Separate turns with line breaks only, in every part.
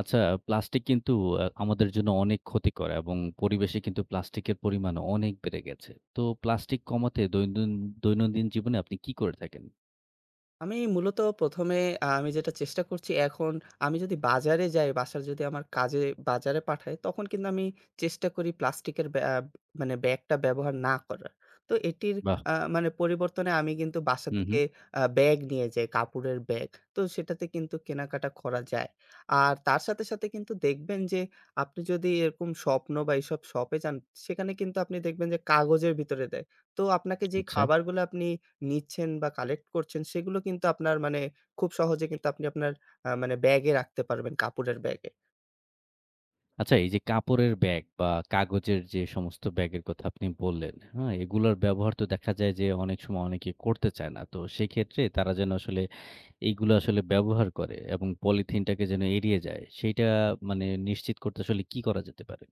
আচ্ছা, প্লাস্টিক কিন্তু আমাদের জন্য অনেক ক্ষতিকর এবং পরিবেশে কিন্তু প্লাস্টিকের পরিমাণ অনেক বেড়ে গেছে। তো প্লাস্টিক কমাতে দৈনন্দিন দৈনন্দিন জীবনে আপনি কি করে থাকেন?
আমি মূলত ১ম এ আমি যেটা চেষ্টা করছি এখন, আমি যদি বাজারে যাই, বাসার যদি আমার কাজে বাজারে পাঠায়, তখন কিন্তু আমি চেষ্টা করি প্লাস্টিকের ব্যা আ মানে ব্যাগটা ব্যবহার না করার। তো এটির
বাহ!
মানে পরিবর্তনে আমি কিন্তু বাসা
হুম,
থেকে
হুম।
ব্যাগ নিয়ে যাই, কাপড়ের ব্যাগ। তো সেটাতে কিন্তু কেনাকাটা করা যায়। আর তার সাথে, সাথে কিন্তু দেখবেন যে আপনি যদি এরকম স্বপ্ন বা এইসব শপে যান, সেখানে কিন্তু আপনি দেখবেন যে কাগজের ভিতরে দেয়। তো আপনাকে যে
আচ্ছা।
খাবারগুলো আপনি নিচ্ছেন বা কালেক্ট করছেন সেগুলো কিন্তু আপনার মানে খুব সহজে কিন্তু আপনি আপনার মানে ব্যাগে রাখতে পারবেন, কাপড়ের ব্যাগে।
আচ্ছা, এই যে কাপড়ের ব্যাগ বা কাগজের যে সমস্ত ব্যাগের কথা আপনি বললেন, হ্যাঁ? এগুলোর ব্যবহার তো দেখা যায় যে অনেক সময় অনেকে করতে চায় না। তো সেক্ষেত্রে তারা যেন আসলে এইগুলো আসলে ব্যবহার করে এবং পলিথিনটাকে যেন এড়িয়ে যায় সেইটা মানে নিশ্চিত করতে আসলে কি করা যেতে পারে?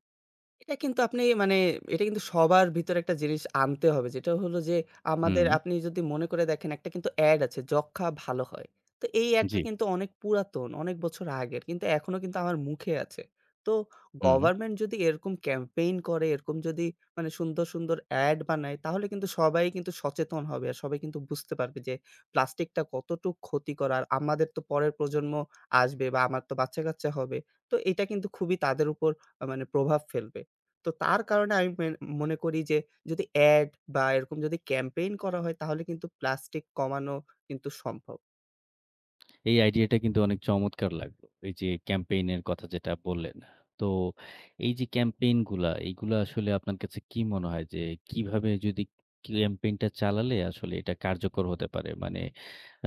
এটা কিন্তু আপনি মানে এটা কিন্তু সবার ভিতরে একটা জিনিস আনতে হবে। যেটা হলো যে আমাদের
হুম,
আপনি যদি মনে করে দেখেন, একটা কিন্তু এড আছে, "যক্ষা ভালো হয়।" তো এই
জি,
এডটা কিন্তু অনেক পুরাতন, অনেক বছর আগের। কিন্তু এখনো কিন্তু আমার মুখে আছে। তো
হুম।
গভর্নমেন্ট যদি এরকম ক্যাম্পেইন করে, এরকম যদি মানে সুন্দর, সুন্দর এড বানায়, তাহলে কিন্তু সবাই কিন্তু সচেতন হবে। আর সবাই কিন্তু বুঝতে পারবে যে প্লাস্টিকটা কতটুক ক্ষতিকর। আর আমাদের তো পরের প্রজন্ম আসবে বা আমার তো বাচ্চা-কাচ্চা হবে। তো এটা কিন্তু খুবই তাদের উপর মানে প্রভাব ফেলবে। তো তার কারণে আমি মনে করি যে যদি অ্যাড বা এরকম যদি ক্যাম্পেইন করা হয়, তাহলে কিন্তু প্লাস্টিক কমানো কিন্তু সম্ভব।
এই আইডিয়াটা কিন্তু অনেক চমৎকার লাগলো। এই যে ক্যাম্পেইন এর কথা যেটা বললেন। তো এই যে ক্যাম্পেইন গুলা, এইগুলা আসলে আপনার কাছে কি মনে হয় যে কিভাবে যদি ক্যাম্পেইনটা চালালে আসলে এটা কার্যকর হতে পারে? মানে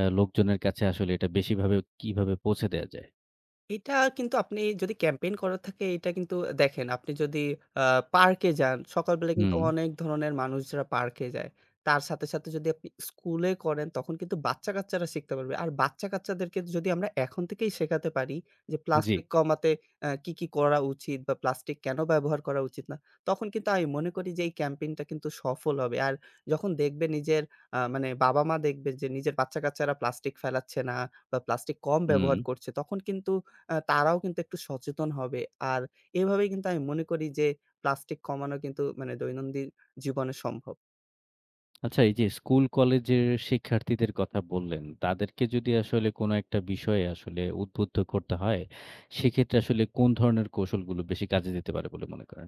লোকজনের কাছে আসলে এটা বেশিভাবে কিভাবে পৌঁছে দেয়া যায়?
এটা কিন্তু আপনি যদি ক্যাম্পেইন করা থাকে, এটা কিন্তু দেখেন, আপনি যদি আ পার্কে যান, সকালবেলা কিন্তু
হুম,
অনেক ধরনের মানুষরা পার্কে যায়। তার সাথে, সাথে যদি আপনি স্কুলে করেন, তখন কিন্তু বাচ্চা-কাচ্চারা শিখতে পারবে। আর বাচ্চা-কাচ্চাদেরকে যদি আমরা এখন থেকেই শেখাতে পারি যে
জি,
প্লাস্টিক কমাতে কি, কি করা উচিত বা প্লাস্টিক কেন ব্যবহার করা উচিত না? তখন কিন্তু আমি মনে করি যে এই ক্যাম্পেইনটা কিন্তু সফল হবে। আর যখন দেখবে নিজের মানে বাবা-মা দেখবে যে নিজের বাচ্চা-কাচ্চারা প্লাস্টিক ফেলাচ্ছে না বা প্লাস্টিক কম
হুম।
ব্যবহার করছে, তখন কিন্তু তারাও কিন্তু একটু সচেতন হবে। আর এভাবেই কিন্তু আমি মনে করি যে প্লাস্টিক কমানো কিন্তু মানে দৈনন্দিন জীবনে সম্ভব।
আচ্ছা, এই যে স্কুল কলেজের শিক্ষার্থীদের কথা বললেন, তাদেরকে যদি আসলে কোনো একটা বিষয়ে আসলে উদ্বুদ্ধ করতে হয়, সেক্ষেত্রে আসলে কোন ধরনের কৌশলগুলো বেশি কাজে দিতে পারে বলে মনে করেন?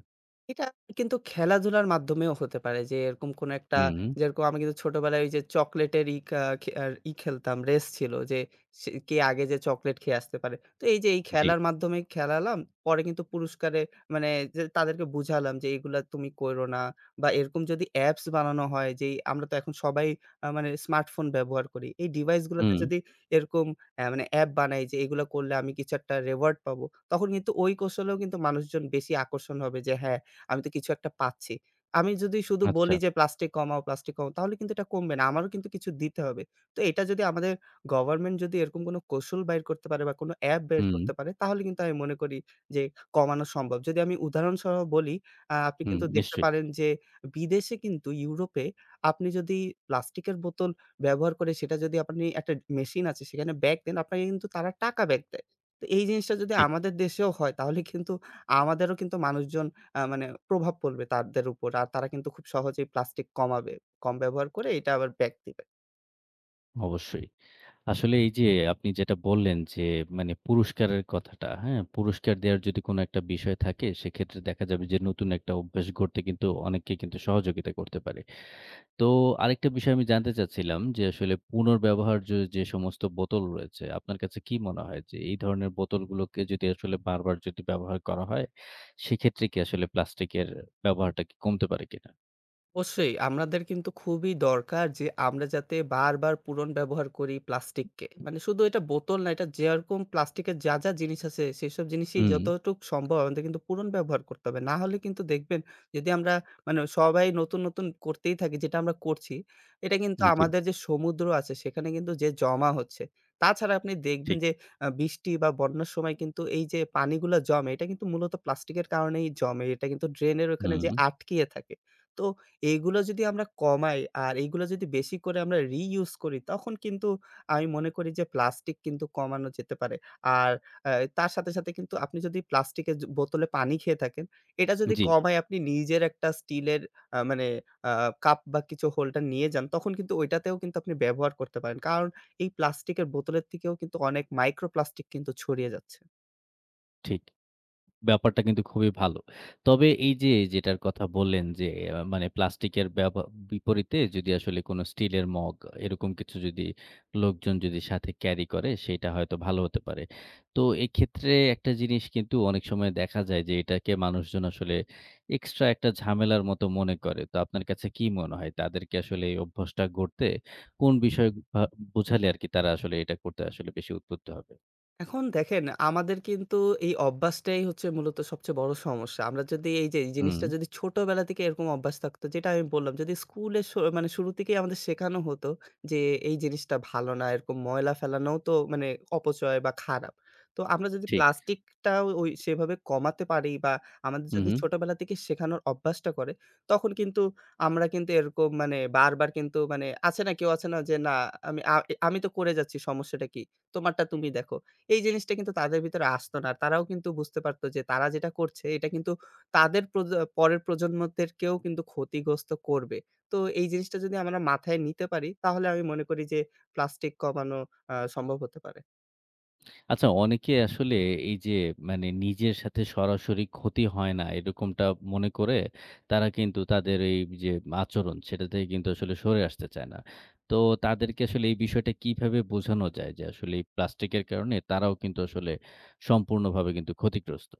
এটা কিন্তু খেলাধুলার মাধ্যমেও হতে পারে, যে এরকম কোন একটা
হুম।
যেরকম আমি কিন্তু ছোটবেলায় ওই যে চকোলেটের ই কা খে আর ই খেলতাম, রেস ছিল যে সে কে আগে যে চকোলেট খেয়ে আসতে পারে। তো এই যে এই
জি।
খেলার মাধ্যমে খেলালাম, পরে কিন্তু পুরস্কারে মানে যে তাদেরকে বুঝালাম যে এগুলা তুমি করো না, বা এরকম যদি অ্যাপস বানানো হয়, যেই আমরা তো এখন সবাই মানে স্মার্টফোন ব্যবহার করি। এই ডিভাইস গুলাতে
হুম,
যদি এরকম মানে অ্যাপ বানাই যে এগুলা করলে আমি কিছু একটা রেওয়ার্ড পাবো, তখন কিন্তু ওই কৌশলেও কিন্তু মানুষজন বেশি আকর্ষণ হবে যে হ্যাঁ, আমি তো কিছু একটা পাচ্ছি। আমি যদি শুধু
আচ্ছা।
বলি যে প্লাস্টিক কমাও, প্লাস্টিক কমাও, তাহলে কিন্তু এটা কমবে না। আমারও কিন্তু কিছু দিতে হবে। তো এটা যদি আমাদের গভর্নমেন্ট যদি এরকম কোনো কৌশল বাইর করতে পারে বা কোনো অ্যাপ বের
হুম,
করতে পারে, তাহলে কিন্তু আমি মনে করি যে কমানো সম্ভব। যদি আমি উদাহরণসহ বলি, আপনি
হুম,
কিন্তু দেখতে
নিশ্চয়ই।
পারেন যে বিদেশে কিন্তু ইউরোপে আপনি যদি প্লাস্টিকের বোতল ব্যবহার করে সেটা যদি আপনি একটা মেশিন আছে সেখানে ব্যাগ দেন, আপনাকে কিন্তু তারা টাকা ব্যাক দেয়। তো এই জিনিসটা যদি
ঠিক,
আমাদের দেশেও হয়, তাহলে কিন্তু আমাদেরও কিন্তু মানুষজন মানে প্রভাব পড়বে তাদের উপর। আর তারা কিন্তু খুব সহজেই প্লাস্টিক কমাবে। কম ব্যবহার করে এটা আবার ব্যাক দিবে।
অবশ্যই। আসলে এই যে আপনি যেটা বললেন যে মানে পুরস্কারের কথাটা, হ্যাঁ? পুরস্কার দেওয়ার যদি কোনো একটা বিষয় থাকে সেক্ষেত্রে দেখা যাবে যে নতুন একটা অভ্যাস গড়তে কিন্তু অনেকেই কিন্তু সহযোগিতা করতে পারে। তো আরেকটা বিষয় আমি জানতে চাচ্ছিলাম যে আসলে পুনর্ব্যবহার্য যে সমস্ত বোতল রয়েছে, আপনার কাছে কি মনে হয় যে এই ধরনের বোতলগুলোকে যদি আসলে বারবার যদি ব্যবহার করা হয় সেক্ষেত্রে কি আসলে প্লাস্টিকের ব্যবহারটা কি কমতে পারে কিনা?
অবশ্যই আমাদের কিন্তু খুবই দরকার যে আমরা যাতে বারবার পুনর ব্যবহার করি প্লাস্টিককে। মানে শুধু এটা বোতল না, এটা যেরকম প্লাস্টিকের যা, যা জিনিস আছে সেসব জিনিসই
হুম,
যতটুক সম্ভব আমাদের কিন্তু পুনর্ব্যবহার করতে হবে। না হলে কিন্তু দেখবেন, যদি আমরা মানে সবাই নতুন, নতুন করতেই থাকি যেটা আমরা করছি, এটা কিন্তু
জি।
আমাদের যে সমুদ্র আছে সেখানে কিন্তু যে জমা হচ্ছে। তাছাড়া আপনি দেখবেন
ঠিক।
যে বৃষ্টি বা বন্যার সময় কিন্তু এই যে পানিগুলা জমে, এটা কিন্তু মূলত প্লাস্টিকের কারণেই জমে। এটা কিন্তু ড্রেনের ওখানে
হুম,
যেয়ে আটকিয়ে থাকে। তো এগুলো যদি আমরা কমাই আর এগুলো যদি বেশি করে আমরা রিইউজ করি, তখন কিন্তু আমি মনে করি যে প্লাস্টিক কিন্তু কমানো যেতে পারে। আর আ তার সাথে, সাথে কিন্তু আপনি যদি প্লাস্টিকের বোতলে পানি খেয়ে থাকেন, এটা যদি
জি,
কমায় আপনি নিজের একটা স্টিলের মানে আ কাপ বা কিছু হোল্ডার নিয়ে যান, তখন কিন্তু ওইটাতেও কিন্তু আপনি ব্যবহার করতে পারেন। কারণ এই প্লাস্টিকের বোতলের থেকেও কিন্তু অনেক মাইক্রোপ্লাস্টিক কিন্তু ছড়িয়ে যাচ্ছে।
ঠিক। ব্যাপারটা কিন্তু খুবই ভালো। তবে এই যে যেটার কথা বললেন যে মানে প্লাস্টিকের বিপরীতে যদি আসলে কোনো স্টিলের মগ এরকম কিছু যদি লোকজন যদি সাথে ক্যারি করে সেটা হয়তো ভালো হতে পারে। তো এক্ষেত্রে একটা জিনিস কিন্তু অনেক সময় দেখা যায় যে এটাকে মানুষজন আসলে এক্সট্রা একটা ঝামেলার মতো মনে করে। তো আপনার কাছে কি মনে হয় তাদেরকে আসলে এই অভ্যাসটা গড়তে কোন বিষয় ভা বোঝালে আরকি তারা আসলে এটা করতে আসলে বেশি উদ্বুদ্ধ হবে?
এখন দেখেন আমাদের কিন্তু এই অভ্যাসটাই হচ্ছে মূলত সবচেয়ে বড় সমস্যা। আমরা যদি এই যে এই
হুম,
জিনিসটা যদি ছোটবেলা থেকে এরকম অভ্যাস থাকতো, যেটা আমি বললাম, যদি স্কুলের মানে শুরু থেকেই আমাদের শেখানো হতো যে এই জিনিসটা ভালো না, এরকম ময়লা ফেলানোও তো মানে অপচয় বা খারাপ। তো আমরা যদি
ঠিক।
প্লাস্টিকটাও ওই সেভাবে কমাতে পারি বা আমাদের
হু,
যদি
হু।
ছোটবেলা থেকে শেখানোর অভ্যাসটা করে, তখন কিন্তু আমরা কিন্তু এরকম মানে বারবার কিন্তু মানে আছে না, কেউ আছে না যে না আমি আ আমি তো করে যাচ্ছি সমস্যাটা কি? তোমারটা তুমি দেখো। এই জিনিসটা কিন্তু তাদের ভিতরে আসতো না। তারাও কিন্তু বুঝতে পারতো যে তারা যেটা করছে এটা কিন্তু তাদের পরের প্রজন্মদেরকেও কিন্তু ক্ষতিগ্রস্ত করবে। তো এই জিনিসটা যদি আমরা মাথায় নিতে পারি, তাহলে আমি মনে করি যে প্লাস্টিক কমানো সম্ভব হতে পারে।
আচ্ছা, অনেকে আসলে এই যে মানে নিজের সাথে সরাসরি ক্ষতি হয় না এরকমটা মনে করে তারা কিন্তু তাদের এই যে আচরণ সেটা থেকে কিন্তু আসলে সরে আসতে চায় না। তো তাদেরকে আসলে এই বিষয়টা কিভাবে বোঝানো যায় যে আসলে এই প্লাস্টিকের কারণে তারাও কিন্তু আসলে সম্পূর্ণভাবে কিন্তু ক্ষতিগ্রস্ত?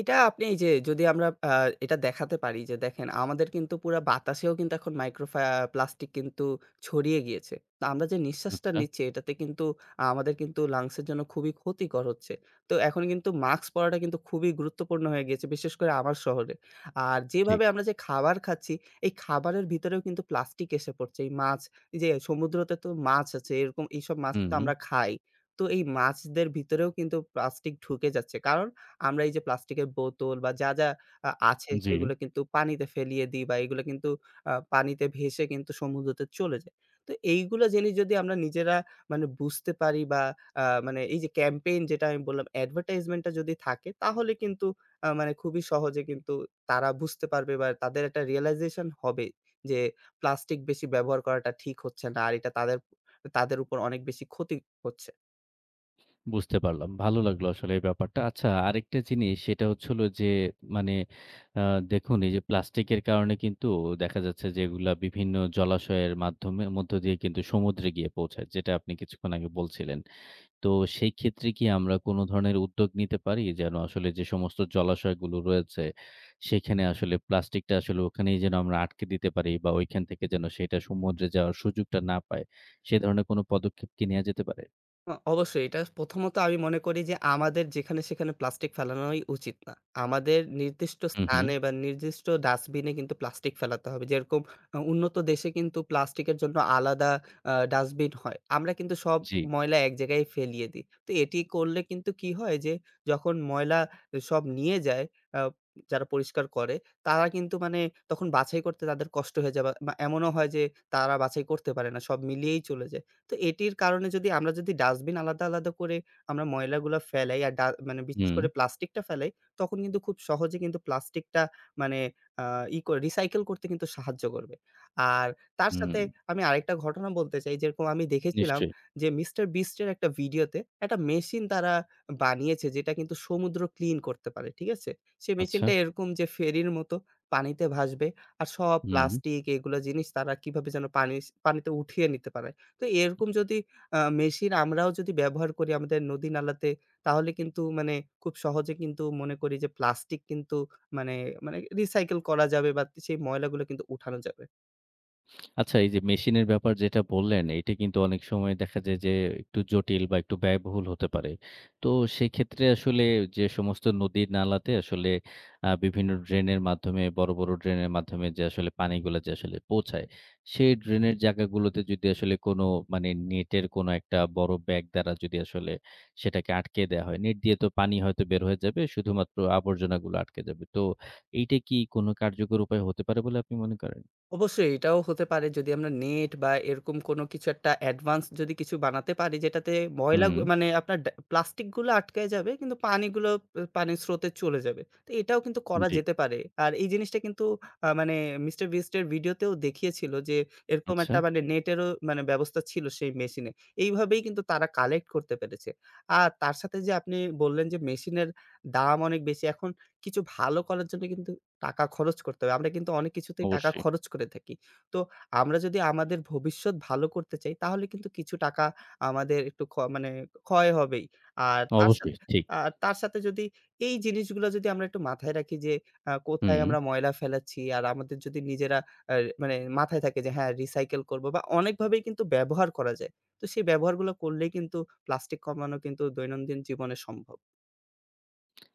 এটা আপনি এই যে যদি আমরা এটা দেখাতে পারি যে দেখেন, আমাদের কিন্তু পুরা বাতাসেও কিন্তু এখন প্লাস্টিক কিন্তু ছড়িয়ে গিয়েছে। তো আমরা যে নিঃশ্বাসটা
আচ্ছা,
নিচ্ছি, এটাতে কিন্তু আমাদের কিন্তু লাংসের জন্য খুবই ক্ষতিকর হচ্ছে। তো এখন কিন্তু মাস্ক পরাটা কিন্তু খুবই গুরুত্বপূর্ণ হয়ে গিয়েছে, বিশেষ করে আমার শহরে। আর
ঠিক।
যেভাবে আমরা যে খাবার খাচ্ছি, এই খাবারের ভিতরেও কিন্তু প্লাস্টিক এসে পড়ছে। এই মাছ এই যে সমুদ্রতে তো মাছ আছে, এরকম এইসব
হুম,
মাছই তো
হুম।
আমরা খাই। তো এই মাছদের ভিতরেও কিন্তু প্লাস্টিক ঢুকে যাচ্ছে। কারণ আমরা এই যে প্লাস্টিকের বোতল বা যা, যা আছে
জি।
সেগুলো কিন্তু পানিতে ফেলিয়ে দিই বা এগুলো কিন্তু পানিতে ভেসে কিন্তু সমুদ্রতে চলে যায়। তো এইগুলো জিনিস যদি আমরা নিজেরা মানে বুঝতে পারি বা মানে এই যে ক্যাম্পেইন যেটা আমি বললাম, অ্যাডভার্টাইজমেন্ট টা যদি থাকে, তাহলে কিন্তু মানে খুবই সহজে কিন্তু তারা বুঝতে পারবে বা তাদের একটা রিয়ালাইজেশন হবে যে প্লাস্টিক বেশি ব্যবহার করাটা ঠিক হচ্ছে না। আর এটা তাদের, তাদের উপর অনেক বেশি ক্ষতি হচ্ছে।
বুঝতে পারলাম। ভালো লাগলো আসলে এই ব্যাপারটা। আচ্ছা, আরেকটা জিনিস সেটা হচ্ছে হলো যে মানে আ দেখুন, এই যে প্লাস্টিকের কারণে কিন্তু দেখা যাচ্ছে যে এগুলা বিভিন্ন জলাশয়ের মাধ্যমে মধ্য দিয়ে কিন্তু সমুদ্রে গিয়ে পৌঁছায়। যেটা আপনি কিছুক্ষণ আগে বলছিলেন। তো সেই ক্ষেত্রে কি আমরা কোনো ধরনের উদ্যোগ নিতে পারি? যেন আসলে যে সমস্ত জলাশয়গুলো রয়েছে সেখানে আসলে প্লাস্টিকটা আসলে ওখানেই যেন আমরা আটকে দিতে পারি বা ওইখান থেকে যেন সেটা সমুদ্রে যাওয়ার সুযোগটা না পায়। সে ধরনের কোনো পদক্ষেপ কি নেয়া যেতে পারে?
অবশ্যই এটা প্রথমত আমি মনে করি যে আমাদের যেখানে সেখানে প্লাস্টিক ফেলানোই উচিত না। আমাদের নির্দিষ্ট
হু, হু।
স্থানে বা নির্দিষ্ট ডাস্টবিনে কিন্তু প্লাস্টিক ফেলাতে হবে। যেরকম উন্নত দেশে কিন্তু প্লাস্টিকের জন্য আলাদা ডাস্টবিন হয়। আমরা কিন্তু সব
জি।
ময়লা এক জায়গায় ফেলিয়ে দিই। তো এটি করলে কিন্তু কি হয় যে যখন ময়লা সব নিয়ে যায়, আ যারা পরিষ্কার করে, তারা কিন্তু মানে তখন বাছাই করতে তাদের কষ্ট হয়ে যায়, বা বা এমনও হয় যে তারা বাছাই করতে পারে না। সব মিলিয়েই চলে যায়। তো এটির কারণে যদি আমরা, যদি ডাস্টবিন আলাদা, আলাদা করে আমরা ময়লাগুলা ফেলাই আর মানে বিশেষ
হুম।
করে প্লাস্টিকটা ফেলাই, তখন কিন্তু খুব সহজে কিন্তু প্লাস্টিকটা মানে আ ই করে রিসাইকেল করতে কিন্তু সাহায্য করবে। আর তার
হুম,
সাথে আমি আরেকটা ঘটনা বলতে চাই, যেরকম আমি দেখেছিলাম
নিশ্চয়ই।
যে মিস্টার বিস্ট এর একটা ভিডিওতে একটা মেশিন তারা বানিয়েছে যেটা কিন্তু সমুদ্র ক্লিন করতে পারে। ঠিক আছে? সেই
আচ্ছা,
মেশিনটা এরকম যে ফেরির মতো পানিতে ভাসবে, আর সব
হুম।
প্লাস্টিক এগুলা জিনিস তারা কিভাবে যেন পানিতে উঠিয়ে নিতে পারে। তো এরকম যদি মেশিন আমরাও যদি ব্যবহার করি আমাদের নদী নালাতে, তাহলে কিন্তু মানে খুব সহজে কিন্তু মনে করি যে প্লাস্টিক কিন্তু মানে, মানে রিসাইকেল করা যাবে বা সেই ময়লাগুলো কিন্তু উঠানো যাবে।
আচ্ছা, এই যে মেশিনের ব্যাপার যেটা বললেন, এটা কিন্তু অনেক সময় দেখা যায় যে একটু জটিল বা একটু ব্যয়বহুল হতে পারে। তো সেক্ষেত্রে আসলে যে সমস্ত নদীর নালাতে আসলে বিভিন্ন ড্রেনের মাধ্যমে বড়, বড় ড্রেনের মাধ্যমে যে আসলে পানিগুলা যে আসলে পৌঁছায়, সেই ড্রেনের জায়গাগুলোতে যদি আসলে কোনো মানে নেটের কোনো একটা বড় ব্যাগ দ্বারা যদি আসলে সেটাকে আটকে দেয়া হয়, নেট দিয়ে তো পানি হয়তো বের হয়ে যাবে, শুধুমাত্র আবর্জনাগুলো আটকে যাবে। তো এইটা কি কোনো কার্যকর উপায় হতে পারে বলে আপনি মনে করেন?
অবশ্যই এটাও হতে পারে, যদি আমরা নেট বা এরকম কোনো কিছু একটা অ্যাডভান্স যদি কিছু বানাতে পারি যেটাতে
হুম,
মানে আপনার প্লাস্টিকগুলো আটকায় যাবে, কিন্তু পানিগুলো পানির স্রোতে চলে যাবে, তো এটাও কিন্তু করা
জি।
যেতে পারে। আর এই জিনিসটা কিন্তু মানে মিস্টার বিস্টের ভিডিওতেও দেখিয়েছিল যে এরকম
আচ্ছা,
একটা মানে নেটেরও মানে ব্যবস্থা ছিল সেই মেশিনে। এইভাবেই কিন্তু তারা কালেক্ট করতে পেরেছে। আর তার সাথে যে আপনি বললেন যে মেশিনের দাম অনেক বেশি, এখন কিছু ভালো করার জন্য কিন্তু টাকা খরচ করতে হবে। আমরা কিন্তু অনেক কিছুতেই টাকা
অবশ্যই,
খরচ করে থাকি। তো আমরা যদি আমাদের ভবিষ্যৎ ভালো করতে চাই, তাহলে কিন্তু কিছু টাকা আমাদের একটু মানে ক্ষয় হবেই। আর তার
অবশ্যই
সাথে
ঠিক।
যদি এই জিনিসগুলো যদি আমরা একটু মাথায় রাখি যে কোথায়
হুম।
আমরা ময়লা ফেলাচ্ছি আর আমাদের যদি নিজেরা আ মানে মাথায় থাকে যে হ্যাঁ, রিসাইকেল করব বা অনেকভাবেই কিন্তু ব্যবহার করা যায়। তো সেই ব্যবহারগুলো করলেই কিন্তু প্লাস্টিক কমানো কিন্তু দৈনন্দিন জীবনে সম্ভব।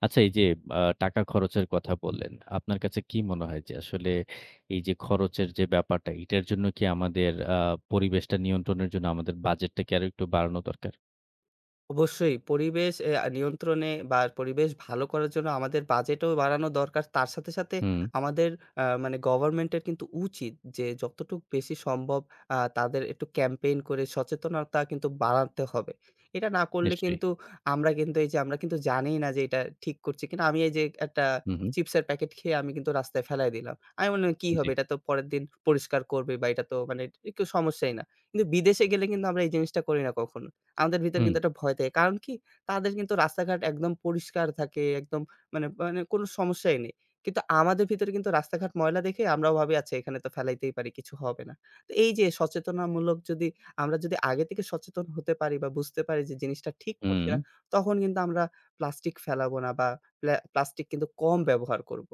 আচ্ছা, এই যে টাকা খরচের কথা বললেন। আপনার কাছে কি মনে হয় যে আসলে এই যে খরচের যে ব্যাপারটা এটার জন্য কি আমাদের পরিবেশটা নিয়ন্ত্রণের জন্য আমাদের বাজেটটা কি আরো একটু বাড়ানো দরকার?
অবশ্যই পরিবেশ এ নিয়ন্ত্রণে বা পরিবেশ ভালো করার জন্য আমাদের বাজেটও বাড়ানো দরকার। তার সাথে, সাথে
হুম,
আমাদের মানে গভর্নমেন্টের কিন্তু উচিত যে যতটুক বেশি সম্ভব তাদের একটু ক্যাম্পেইন করে সচেতনতা কিন্তু বাড়াতে হবে। এটা না করলে
নিশ্চয়ই।
কিন্তু আমরা কিন্তু এই যে আমরা কিন্তু জানিই না যে এটা ঠিক করছি কিনা। আমি এই যে একটা
হুম, হুম।
চিপসের প্যাকেট খেয়ে আমি কিন্তু রাস্তায় ফেলায় দিলাম। আমি মনে করি, "কি
জি।
হবে? এটা তো পরের দিন পরিষ্কার করবে বা এটা তো মানে একটু সমস্যাই না।" কিন্তু বিদেশে গেলে কিন্তু আমরা এই জিনিসটা করি না কখনো। আমাদের ভিতরে
হুম,
কিন্তু একটা ভয় থাকে। কারণ কি? তাদের কিন্তু রাস্তাঘাট একদম পরিষ্কার থাকে, একদম মানে মানে কোনো সমস্যাই নেই। কিন্তু আমাদের ভিতরে কিন্তু রাস্তাঘাট ময়লা দেখে আমরাও ভাবি, "আচ্ছা, এখানে তো ফেলাইতেই পারি, কিছু হবে না।" তো এই যে সচেতনামূলক, যদি আমরা যদি আগে থেকে সচেতন হতে পারি বা বুঝতে পারি যে জিনিসটা ঠিক
হুম।
করছি না, তখন কিন্তু আমরা প্লাস্টিক ফেলাবো না বা প্লাস্টিক কিন্তু কম ব্যবহার করব।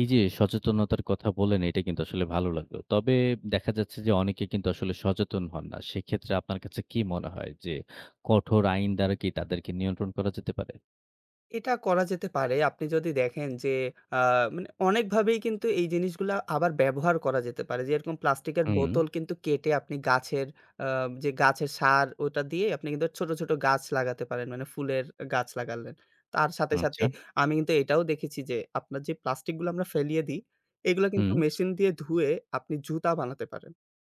এই যে সচেতনতার কথা বললেন এটা কিন্তু আসলে ভালো লাগলো। তবে দেখা যাচ্ছে যে অনেকে কিন্তু আসলে সচেতন হন না। সেক্ষেত্রে আপনার কাছে কি মনে হয় যে কঠোর আইন দ্বারা কি তাদেরকে নিয়ন্ত্রণ করা যেতে পারে?
এটা করা যেতে পারে। আপনি যদি দেখেন যে আ মানে অনেকভাবেই কিন্তু এই জিনিসগুলা আবার ব্যবহার করা যেতে পারে। যেরকম প্লাস্টিকের
হুম,
বোতল কিন্তু কেটে আপনি গাছের আ যে গাছের সার ওটা দিয়ে আপনি কিন্তু ছোট, ছোট গাছ লাগাতে পারেন। মানে ফুলের গাছ লাগালেন। তার সাথে, সাথে
আচ্ছা।
আমি কিন্তু এটাও দেখেছি যে আপনার যে প্লাস্টিকগুলো আমরা ফেলিয়ে দিই, এগুলো কিন্তু
হুম,
মেশিন দিয়ে ধুয়ে আপনি জুতা বানাতে পারেন।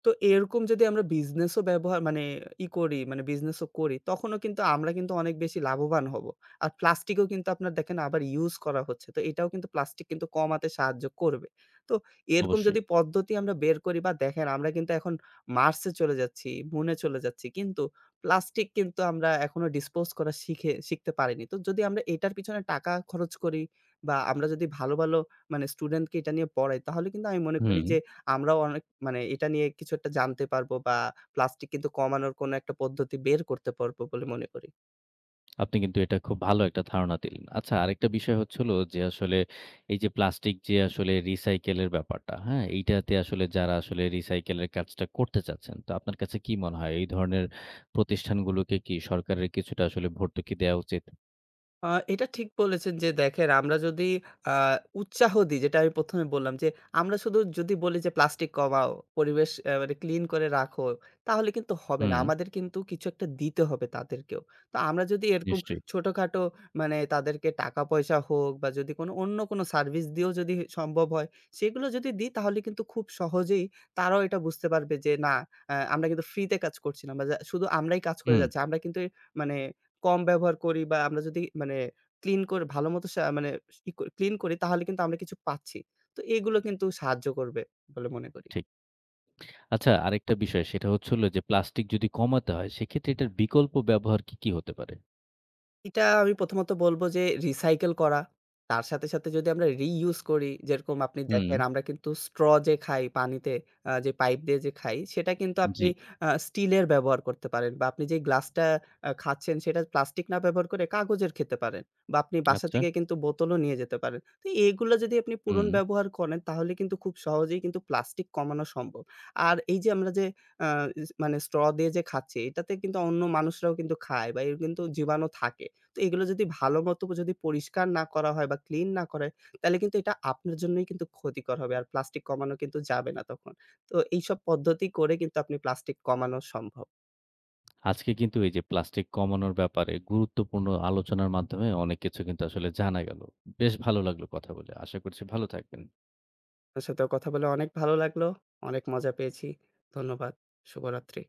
তো এরকম যদি আমরা বিজনেসও ব্যবহার মানে করি, মানে বিজনেসও করি, তখনও কিন্তু আমরা কিন্তু অনেক বেশি লাভবান হব। আর প্লাস্টিকও কিন্তু আপনার দেখেন আবার ইউজ করা হচ্ছে। তো এটাও কিন্তু প্লাস্টিক কিন্তু কমাতে সাহায্য করবে। তো এরকম
অবশ্যই।
যদি পদ্ধতি আমরা বের করি, বা দেখেন আমরা কিন্তু এখন মার্সে চলে যাচ্ছি, মুনে চলে যাচ্ছি। কিন্তু প্লাস্টিক কিন্তু আমরা এখনো ডিসপোজ করা শিখতে পারিনি। তো যদি আমরা এটার পিছনে টাকা খরচ করি বা আমরা যদি ভালো, ভালো মানে স্টুডেন্টকে এটা নিয়ে পড়াই, তাহলে কিন্তু আমি মনে করি
হুম।
যে আমরাও অনেক মানে এটা নিয়ে কিছু একটা জানতে পারবো বা প্লাস্টিক কিন্তু কমানোর কোনো একটা পদ্ধতি বের করতে পারবো বলে মনে করি।
আপনি কিন্তু এটা খুব ভালো একটা ধারণা দিলেন। আচ্ছা, আরেকটা বিষয় হচ্ছে হলো যে আসলে এই যে প্লাস্টিক যে আসলে রিসাইকেল এর ব্যাপারটা, হ্যাঁ? এইটাতে আসলে যারা আসলে রিসাইকেল এর কাজটা করতে চাচ্ছেন, তো আপনার কাছে কি মনে হয় এই ধরনের প্রতিষ্ঠানগুলোকে কি সরকারের কিছুটা আসলে ভর্তুকি দেয়া উচিত?
আ এটা ঠিক বলেছেন যে দেখেন, আমরা যদি আ উৎসাহ দিই, যেটা আমি ১ম এ বললাম যে আমরা শুধু যদি বলি যে প্লাস্টিক কমাও, পরিবেশ মানে ক্লিন করে রাখো, তাহলে কিন্তু হবে না।
হুম,
আমাদের কিন্তু কিছু একটা দিতে হবে তাদেরকেও। তো আমরা যদি এরকম
নিশ্চয়ই।
ছোটখাটো মানে তাদেরকে টাকা পয়সা হোক বা যদি কোনো অন্য কোনো সার্ভিস দিয়েও যদি সম্ভব হয়, সেগুলো যদি দিই, তাহলে কিন্তু খুব সহজেই তারাও এটা বুঝতে পারবে যে না, আমরা কিন্তু ফ্রিতে কাজ করছি না বা যা শুধু আমরাই কাজ করে
হুম,
যাচ্ছি। আমরা কিন্তু মানে কম ব্যবহার করি বা আমরা যদি মানে ক্লিন করে ভালোমতো মানে ই ক্লিন করি, তাহলে কিন্তু আমরা কিছু পাচ্ছি। তো এগুলো কিন্তু সাহায্য করবে বলে মনে করি।
ঠিক। আচ্ছা, আরেকটা বিষয় সেটা হচ্ছে হলো যে প্লাস্টিক যদি কমাতে হয় সেক্ষেত্রে এটার বিকল্প ব্যবহার কি, কি হতে পারে?
এটা আমি প্রথমত বলবো যে রিসাইকেল করা। তার সাথে, সাথে যদি আমরা রিইউজ করি, যেরকম আপনি
হুম,
দেখেন আমরা কিন্তু স্ট্র যে খাই পানিতে, যে পাইপ দিয়ে যে খাই সেটা কিন্তু
জি।
আপনি স্টিলের ব্যবহার করতে পারেন বা আপনি যে গ্লাসটা খাচ্ছেন সেটা প্লাস্টিক না ব্যবহার করে কাগজের খেতে পারেন, বা আপনি বাসা
আচ্ছা।
থেকে কিন্তু বোতলও নিয়ে যেতে পারেন। তো এগুলো যদি আপনি
হুম।
পুনর্ব্যবহার করেন, তাহলে কিন্তু খুব সহজেই কিন্তু প্লাস্টিক কমানো সম্ভব। আর এই যে আমরা যে আ ইস মানে স্ট্র দিয়ে যে খাচ্ছি, এটাতে কিন্তু অন্য মানুষরাও কিন্তু খায় বা এর কিন্তু জীবাণু থাকে। তো এগুলো যদি ভালো মতো যদি পরিষ্কার না করা হয় বা ক্লিন না করে, তাহলে কিন্তু এটা আপনার জন্যই কিন্তু ক্ষতিকর হবে। আর প্লাস্টিক কমানো কিন্তু যাবে না তখন। তো এইসব পদ্ধতি করে কিন্তু আপনি প্লাস্টিক কমানো সম্ভব।
আজকে কিন্তু এই যে প্লাস্টিক কমানোর ব্যাপারে গুরুত্বপূর্ণ আলোচনার মাধ্যমে অনেক কিছু কিন্তু আসলে জানা গেল। বেশ ভালো লাগলো কথা বলে। আশা করছি ভালো থাকবেন।
আপনার সাথেও কথা বলে অনেক ভালো লাগলো। অনেক মজা পেয়েছি। ধন্যবাদ। শুভরাত্রি।